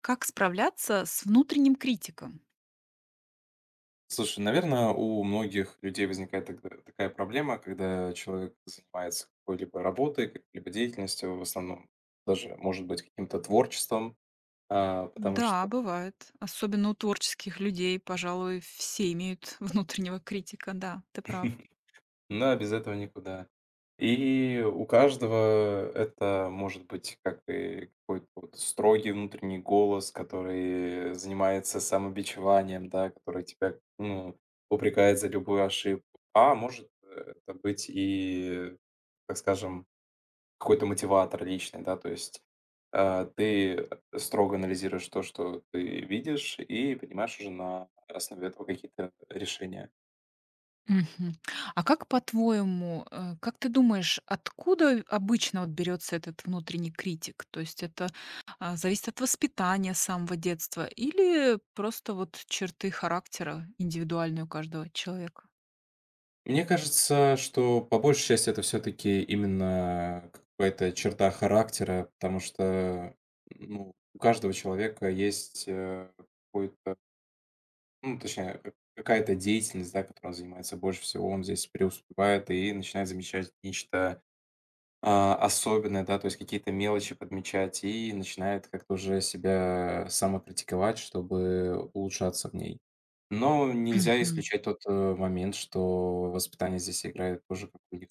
Как справляться с внутренним критиком? Слушай, наверное, у многих людей возникает тогда такая проблема, когда человек занимается какой-либо работой, какой-либо деятельностью, в основном даже, может быть, каким-то творчеством, потому Да, что, бывает. Особенно у творческих людей, пожалуй, все имеют внутреннего критика. Да, ты прав. ну, без этого никуда. И у каждого это может быть как и какой-то вот строгий внутренний голос, который занимается самобичеванием, да, который тебя, ну, упрекает за любую ошибку. А может это быть и, так скажем, какой-то мотиватор личный, да, то есть, ты строго анализируешь то, что ты видишь, и принимаешь уже на основе этого какие-то решения. Мгм. А как по-твоему, как ты думаешь, откуда обычно вот берется этот внутренний критик? То есть это зависит от воспитания с самого детства или просто вот черты характера индивидуальные у каждого человека? Мне кажется, что по большей части это все-таки именно какая-то черта характера, потому что, ну, у каждого человека есть какой-то, ну, точнее, какая-то деятельность, да, которой он занимается больше всего, он здесь преуспевает и начинает замечать нечто. Особенно, да, то есть какие-то мелочи подмечать, и начинает как-то уже себя самокритиковать, чтобы улучшаться в ней. Но нельзя исключать тот момент, что воспитание здесь играет тоже какую-нибудь.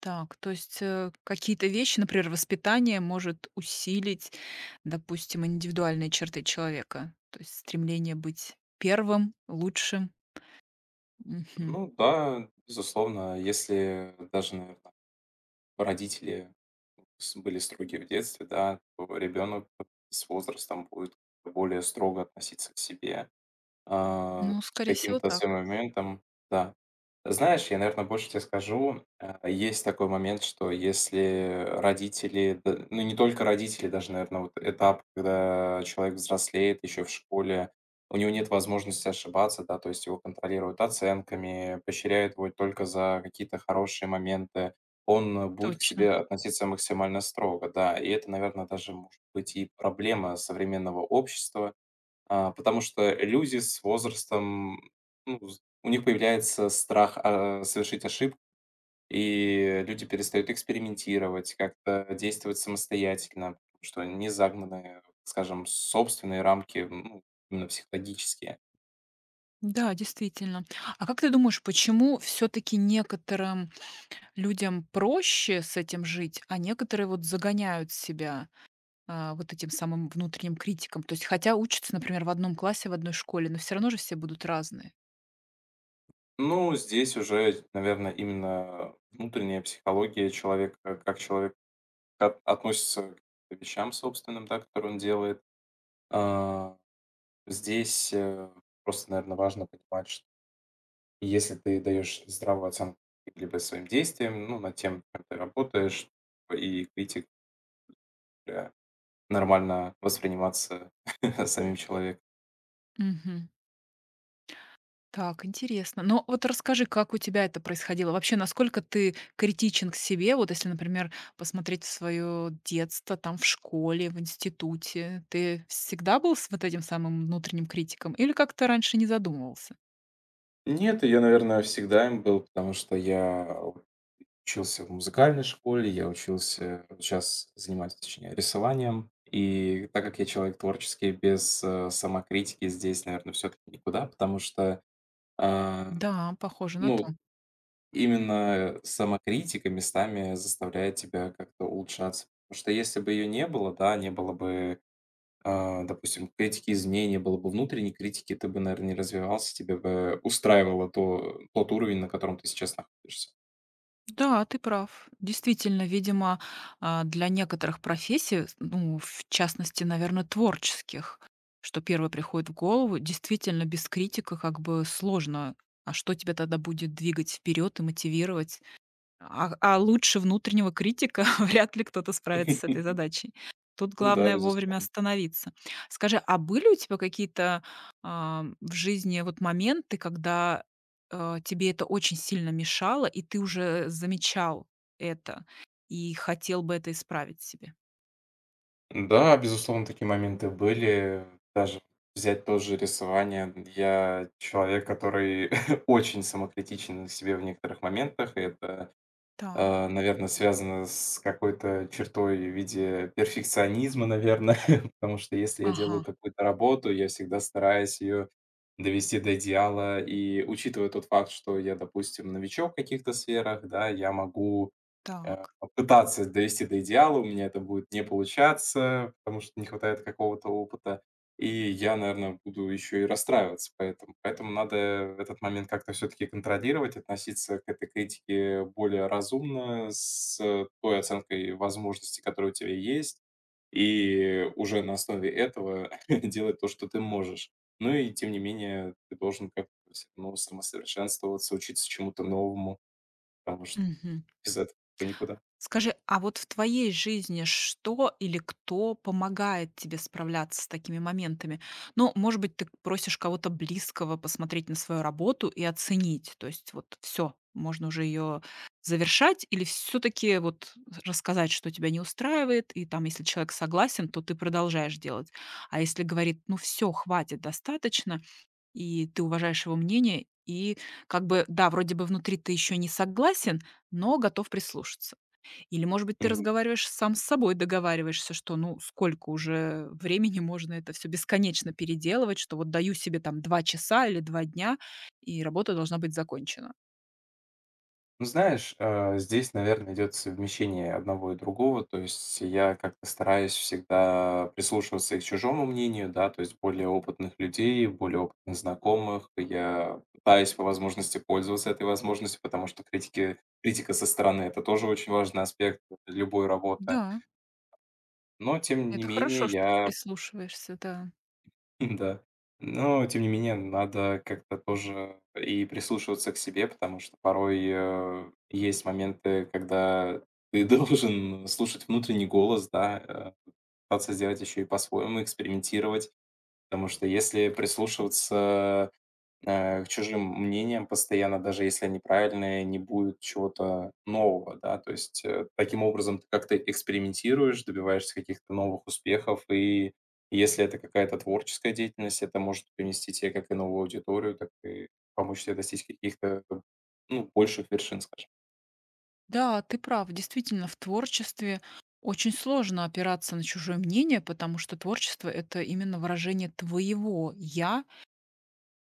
Так, то есть, какие-то вещи, например, воспитание может усилить, допустим, индивидуальные черты человека, то есть стремление быть первым, лучшим. Мгм. Ну да, безусловно, если даже, наверное, родители были строги в детстве, да, то ребенок с возрастом будет более строго относиться к себе А, Ну, скорее всего, каким-то своим так. моментом, да. Знаешь, я, наверное, больше тебе скажу, есть такой момент, что если родители, д ну, не только родители, даже, наверное, вот этап, когда человек взрослеет еще в школе, у него нет возможности ошибаться, да, то есть его контролируют оценками, поощряют его только за какие-то хорошие моменты. Он будет к Точно. себе относиться максимально строго, да. И это, наверное, даже может быть и проблема современного общества. Потому что люди с возрастом, ну, з у них появляется страх, совершить ошибку, и люди перестают экспериментировать, как-то действовать самостоятельно, потому что они не загнаны, скажем, в собственные рамки, ну, именно психологические. Да, действительно. А как ты думаешь, почему все таки некоторым людям проще с этим жить, а некоторые вот загоняют себя, вот этим самым внутренним критиком? То есть хотя учатся, например, в одном классе, в одной школе, но все равно же все будут разные. Ну, здесь уже, наверное, именно внутренняя психология человека, как человек от относится к вещам собственным, да, которые он делает. А, здесь, просто, наверное, важно понимать. И если ты даешь здравую оценку либо своим действиям, ну, над тем, как ты работаешь, и критика нормально восприниматься самим человеком. Мгм. Так, интересно. Но вот расскажи, как у тебя это происходило? Вообще, насколько ты критичен к себе? Вот если, например, посмотреть в свое детство, там, в школе, в институте, ты всегда был с вот этим самым внутренним критиком или как-то раньше не задумывался? Нет, я, наверное, всегда им был, потому что я учился в музыкальной школе, я учился, сейчас занимаюсь, точнее, рисованием. И так как я человек творческий, без самокритики здесь, наверное, все-таки никуда, потому что, а, Да, похоже на ну, то. именно самокритика местами заставляет тебя как-то улучшаться. Потому что если бы ее не было, да, не было бы, допустим, критики извне, не было бы внутренней критики, ты бы, наверное, не развивался, тебе бы устраивало то, тот уровень, на котором ты сейчас находишься. Да, ты прав. Действительно, видимо, для некоторых профессий, ну, в частности, наверное, творческих, что первое приходит в голову, действительно без критика как бы сложно. А что тебя тогда будет двигать вперед и мотивировать? А лучше внутреннего критика вряд ли кто-то справится с этой задачей. Тут Ну да, главное вовремя безусловно. остановиться. Скажи, а были у тебя какие-то, в жизни вот моменты, когда, тебе это очень сильно мешало, и ты уже замечал это и хотел бы это исправить себе? Да, безусловно, такие моменты были. Даже взять тоже рисование. Я человек, который очень самокритичен к себе в некоторых моментах. И это Так. Наверно, связано с какой-то чертой в виде перфекционизма, наверное. Потому что если я делаю Ага. какую-то работу, я всегда стараюсь ее довести до идеала. И учитывая тот факт, что я, допустим, новичок в каких-то сферах, да, я могу э, Так. пытаться довести до идеала, у меня это будет не получаться, потому что не хватает какого-то опыта. И я, наверное, буду еще и расстраиваться поэтому. Поэтому надо этот момент как-то все-таки контролировать, относиться к этой критике более разумно, с той оценкой возможностей, которые у тебя есть, и уже на основе этого делать то, что ты можешь. Ну и тем не менее, ты должен как-то все равно самосовершенствоваться, учиться чему-то новому, потому что Мгм. без этого никуда. Скажи, а вот в твоей жизни что или кто помогает тебе справляться с такими моментами? Ну, может быть, ты просишь кого-то близкого посмотреть на свою работу и оценить. То есть вот все, можно уже ее завершать или все-таки вот рассказать, что тебя не устраивает, и там, если человек согласен, то ты продолжаешь делать. А если говорит, ну все, хватит, достаточно, и ты уважаешь его мнение, и как бы, да, вроде бы внутри ты еще не согласен, но готов прислушаться. Или, может быть, ты разговариваешь сам с собой, договариваешься, что, ну, сколько уже времени можно это все бесконечно переделывать, что вот даю себе там 2 часа или 2 дня, и работа должна быть закончена. Ну, знаешь, здесь, наверное, идет совмещение одного и другого. То есть я как-то стараюсь всегда прислушиваться и к чужому мнению, да, то есть более опытных людей, более опытных знакомых. Я пытаюсь по возможности пользоваться этой возможностью, потому что критика со стороны это тоже очень важный аспект любой работы. Да, Но, тем не это менее, хорошо, что ты я прислушиваешься, да. да. Но, тем не менее, надо как-то тоже и прислушиваться к себе, потому что порой, есть моменты, когда ты должен слушать внутренний голос, да, пытаться сделать еще и по-своему, экспериментировать. Потому что если прислушиваться к чужим мнениям постоянно, даже если они правильные, не будет чего-то нового, да, то есть таким образом ты как-то экспериментируешь, добиваешься каких-то новых успехов, и если это какая-то творческая деятельность, это может принести тебе как и новую аудиторию, так и помочь тебе достичь каких-то, ну, больших вершин, скажем. Да, ты прав. Действительно, в творчестве очень сложно опираться на чужое мнение, потому что творчество — это именно выражение твоего "я",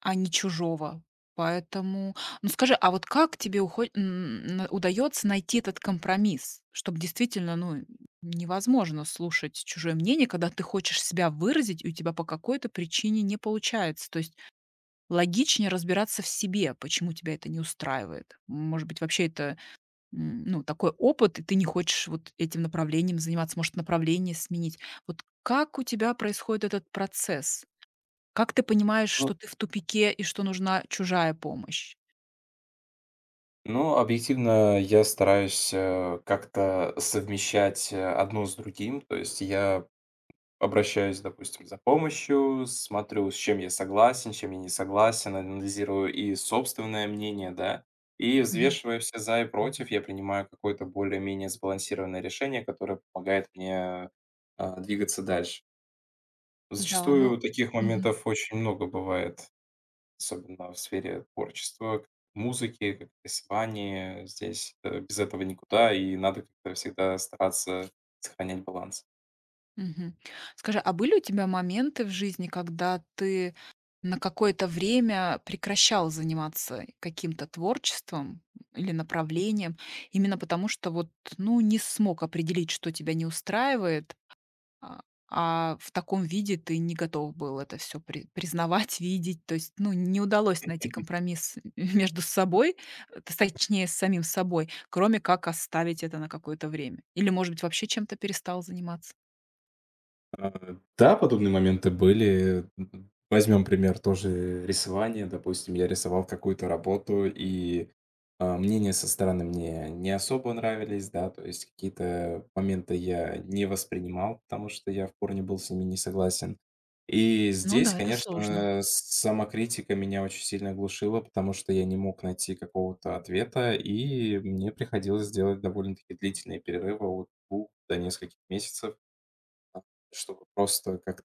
а не чужого. Поэтому, ну, скажи, а вот как тебе удается найти этот компромисс, чтобы действительно, ну, невозможно слушать чужое мнение, когда ты хочешь себя выразить, и у тебя по какой-то причине не получается. То есть логичнее разбираться в себе, почему тебя это не устраивает. Может быть, вообще это, ну, такой опыт, и ты не хочешь вот этим направлением заниматься, может, направление сменить. Вот как у тебя происходит этот процесс? Как ты понимаешь, Ну, что ты в тупике и что нужна чужая помощь? ну, объективно я стараюсь как-то совмещать одно с другим, то есть я обращаюсь, допустим, за помощью, смотрю, с чем я согласен, с чем я не согласен, анализирую и собственное мнение, да, и Мгм. взвешивая все за и против, я принимаю какое-то более-менее сбалансированное решение, которое помогает мне, двигаться дальше. Да, ну. Зачастую таких Мгм. моментов очень много бывает, особенно в сфере творчества, музыки, как рисования. Здесь, без этого никуда, и надо как-то всегда стараться сохранять баланс. Мгм. Скажи, а были у тебя моменты в жизни, когда ты на какое-то время прекращал заниматься каким-то творчеством или направлением, именно потому что вот, ну, не смог определить, что тебя не устраивает, А а в таком виде ты не готов был это все признавать, видеть. То есть, ну, не удалось найти компромисс между собой, э, т точнее, с самим собой, кроме как оставить это на какое-то время. Или, может быть, вообще чем-то перестал заниматься? А, да, подобные моменты были. Возьмем пример тоже рисования. Допустим, я рисовал какую-то работу, и, мнения со стороны мне не особо нравились, да, то есть какие-то моменты я не воспринимал, потому что я в корне был с ними не согласен. И Ну здесь, да, это сложно. конечно, самокритика меня очень сильно глушила, потому что я не мог найти какого-то ответа, и мне приходилось делать довольно-таки длительные перерывы от 2 до нескольких месяцев. А, чтобы просто как-то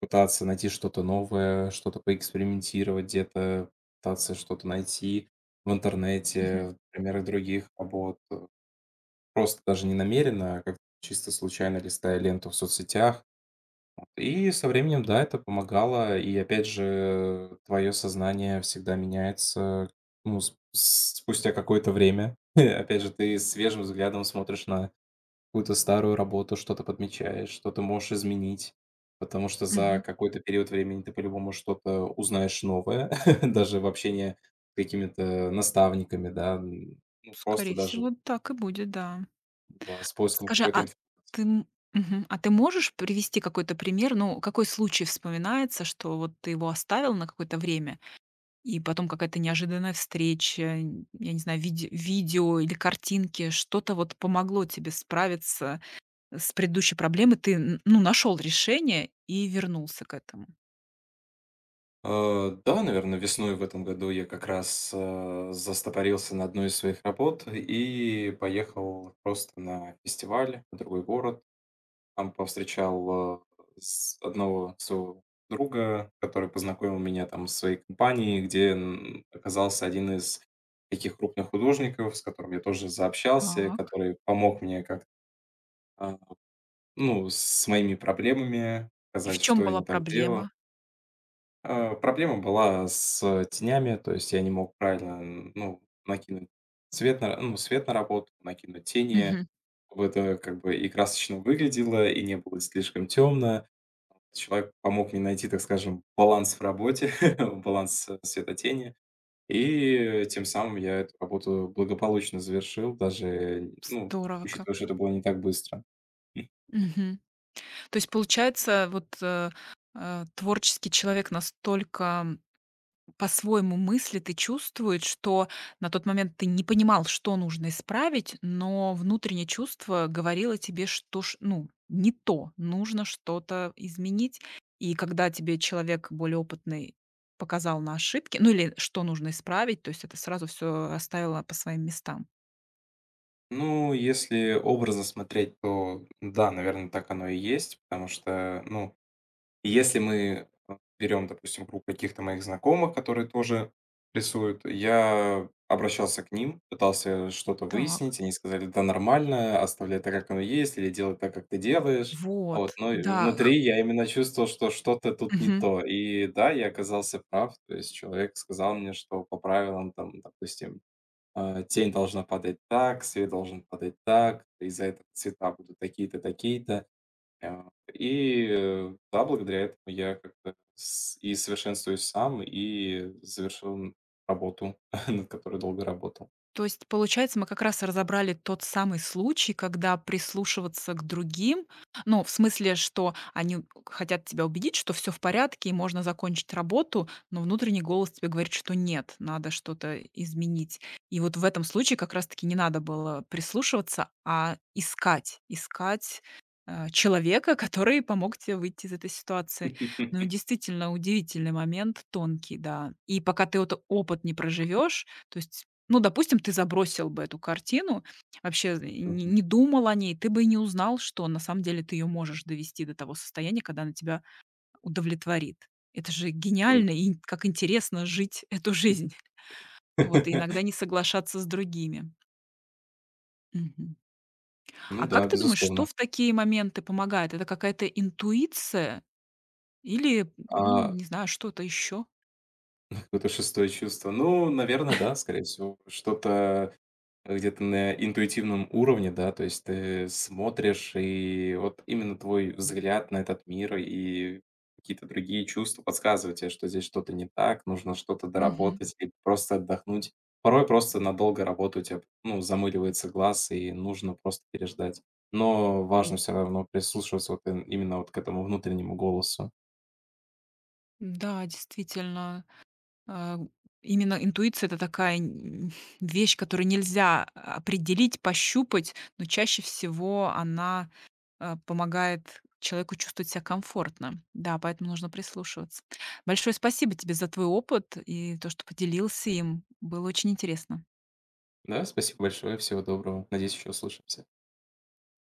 пытаться найти что-то новое, что-то поэкспериментировать где-то, пытаться что-то найти в интернете, Мгм, в примерах других работ. Просто даже не намеренно, а как чисто случайно листая ленту в соцсетях. И со временем, да, это помогало. И опять же, твое сознание всегда меняется, ну, спустя какое-то время. Опять же, ты свежим взглядом смотришь на какую-то старую работу, что-то подмечаешь, что ты можешь изменить, потому что мгм. за какой-то период времени ты по-любому что-то узнаешь новое, даже в общении с какими-то наставниками, да, ну, просто Скорее даже всего, так и будет, да. да, с поиском Скажи, какой-то а информации. ты м мгм, а ты можешь привести какой-то пример? Ну, какой случай вспоминается, что вот ты его оставил на какое-то время и потом какая-то неожиданная встреча, н я не знаю, видео или картинки, что-то вот помогло тебе справиться с предыдущей проблемой. Ты, н ну, нашел решение и вернулся к этому. Да, наверное, весной в этом году я как раз застопорился на одной из своих работ и поехал просто на фестиваль в другой город. Там повстречал, с одного своего друга, который познакомил меня там с своей компанией, где, оказался один из таких крупных художников, с которым я тоже заобщался, Так. который помог мне как а, ну, с моими проблемами, И в сказать, чем что я была не так делал. проблема? Проблема была с тенями, то есть я не мог правильно, н ну, накинуть свет на ну, свет на работу, накинуть тени, Мгм. чтобы это как бы и красочно выглядело, и не было слишком темно. Человек помог мне найти, так скажем, баланс в работе, баланс, света-тени. И тем самым я эту работу благополучно завершил, даже, ну, Здорово учитывая, что как. это было не так быстро. Мгм. То есть получается, вот, творческий человек настолько по-своему мыслит и чувствует, что на тот момент ты не понимал, что нужно исправить, но внутреннее чувство говорило тебе, что ш ну, не то, нужно что-то изменить. И когда тебе человек более опытный показал на ошибки, ну, или что нужно исправить, то есть это сразу все расставило по своим местам. Ну, если образно смотреть, то да, наверное, так оно и есть, потому что, ну, и если мы, берем, допустим, группу каких-то моих знакомых, которые тоже рисуют, я обращался к ним, пытался что-то Так, выяснить. Они сказали: "Да нормально, оставляй так, как оно есть, или делай так, как ты делаешь". Вот, вот, но и да, х внутри я именно чувствовал, что что-то тут не мгм. то. И да, я оказался прав. То есть человек сказал мне, что по правилам, там, допустим, тень должна падать так, свет должен падать так, из-за этого цвета будут такие-то, такие-то. А, и да, благодаря этому я как-то с и совершенствуюсь сам, и завершил н работу, над которой долго работал. То есть, получается, мы как раз и разобрали тот самый случай, когда прислушиваться к другим, ну, в смысле, что они хотят тебя убедить, что все в порядке и можно закончить работу, но внутренний голос тебе говорит, что нет, надо что-то изменить. И вот в этом случае как раз-таки не надо было прислушиваться, а искать, искать, человека, который помог тебе выйти из этой ситуации. Ну, действительно, удивительный момент, тонкий, да. И пока ты вот опыт не проживешь, то есть ну, допустим, ты забросил бы эту картину, вообще не Мгм. не думал о ней, ты бы и не узнал, что на самом деле ты ее можешь довести до того состояния, когда она тебя удовлетворит. Это же М. гениально, и как интересно жить эту жизнь. Вот, и иногда не соглашаться с другими. Мгм. Ну А как да, ты думаешь, что безусловно. в такие моменты помогает? Это какая-то интуиция или, ну, А не знаю, что-то еще? какое-то шестое чувство? Ну, наверное, да, скорее всего, что-то. Где-то на интуитивном уровне, да, то есть ты смотришь, и вот именно твой взгляд на этот мир и какие-то другие чувства подсказывают тебе, что здесь что-то не так, нужно что-то Мгм. доработать или просто отдохнуть. Порой просто надолго работа у тебя, ну, замыливается глаз, и нужно просто переждать. Но М, важно все равно прислушиваться вот именно вот к этому внутреннему голосу. да, действительно. А, именно интуиция — это такая н вещь, которую нельзя определить, пощупать, но чаще всего она, помогает человеку чувствовать себя комфортно. Да, поэтому нужно прислушиваться. Большое спасибо тебе за твой опыт и то, что поделился им. Было очень интересно. Да, спасибо большое, всего доброго. Надеюсь, еще услышимся.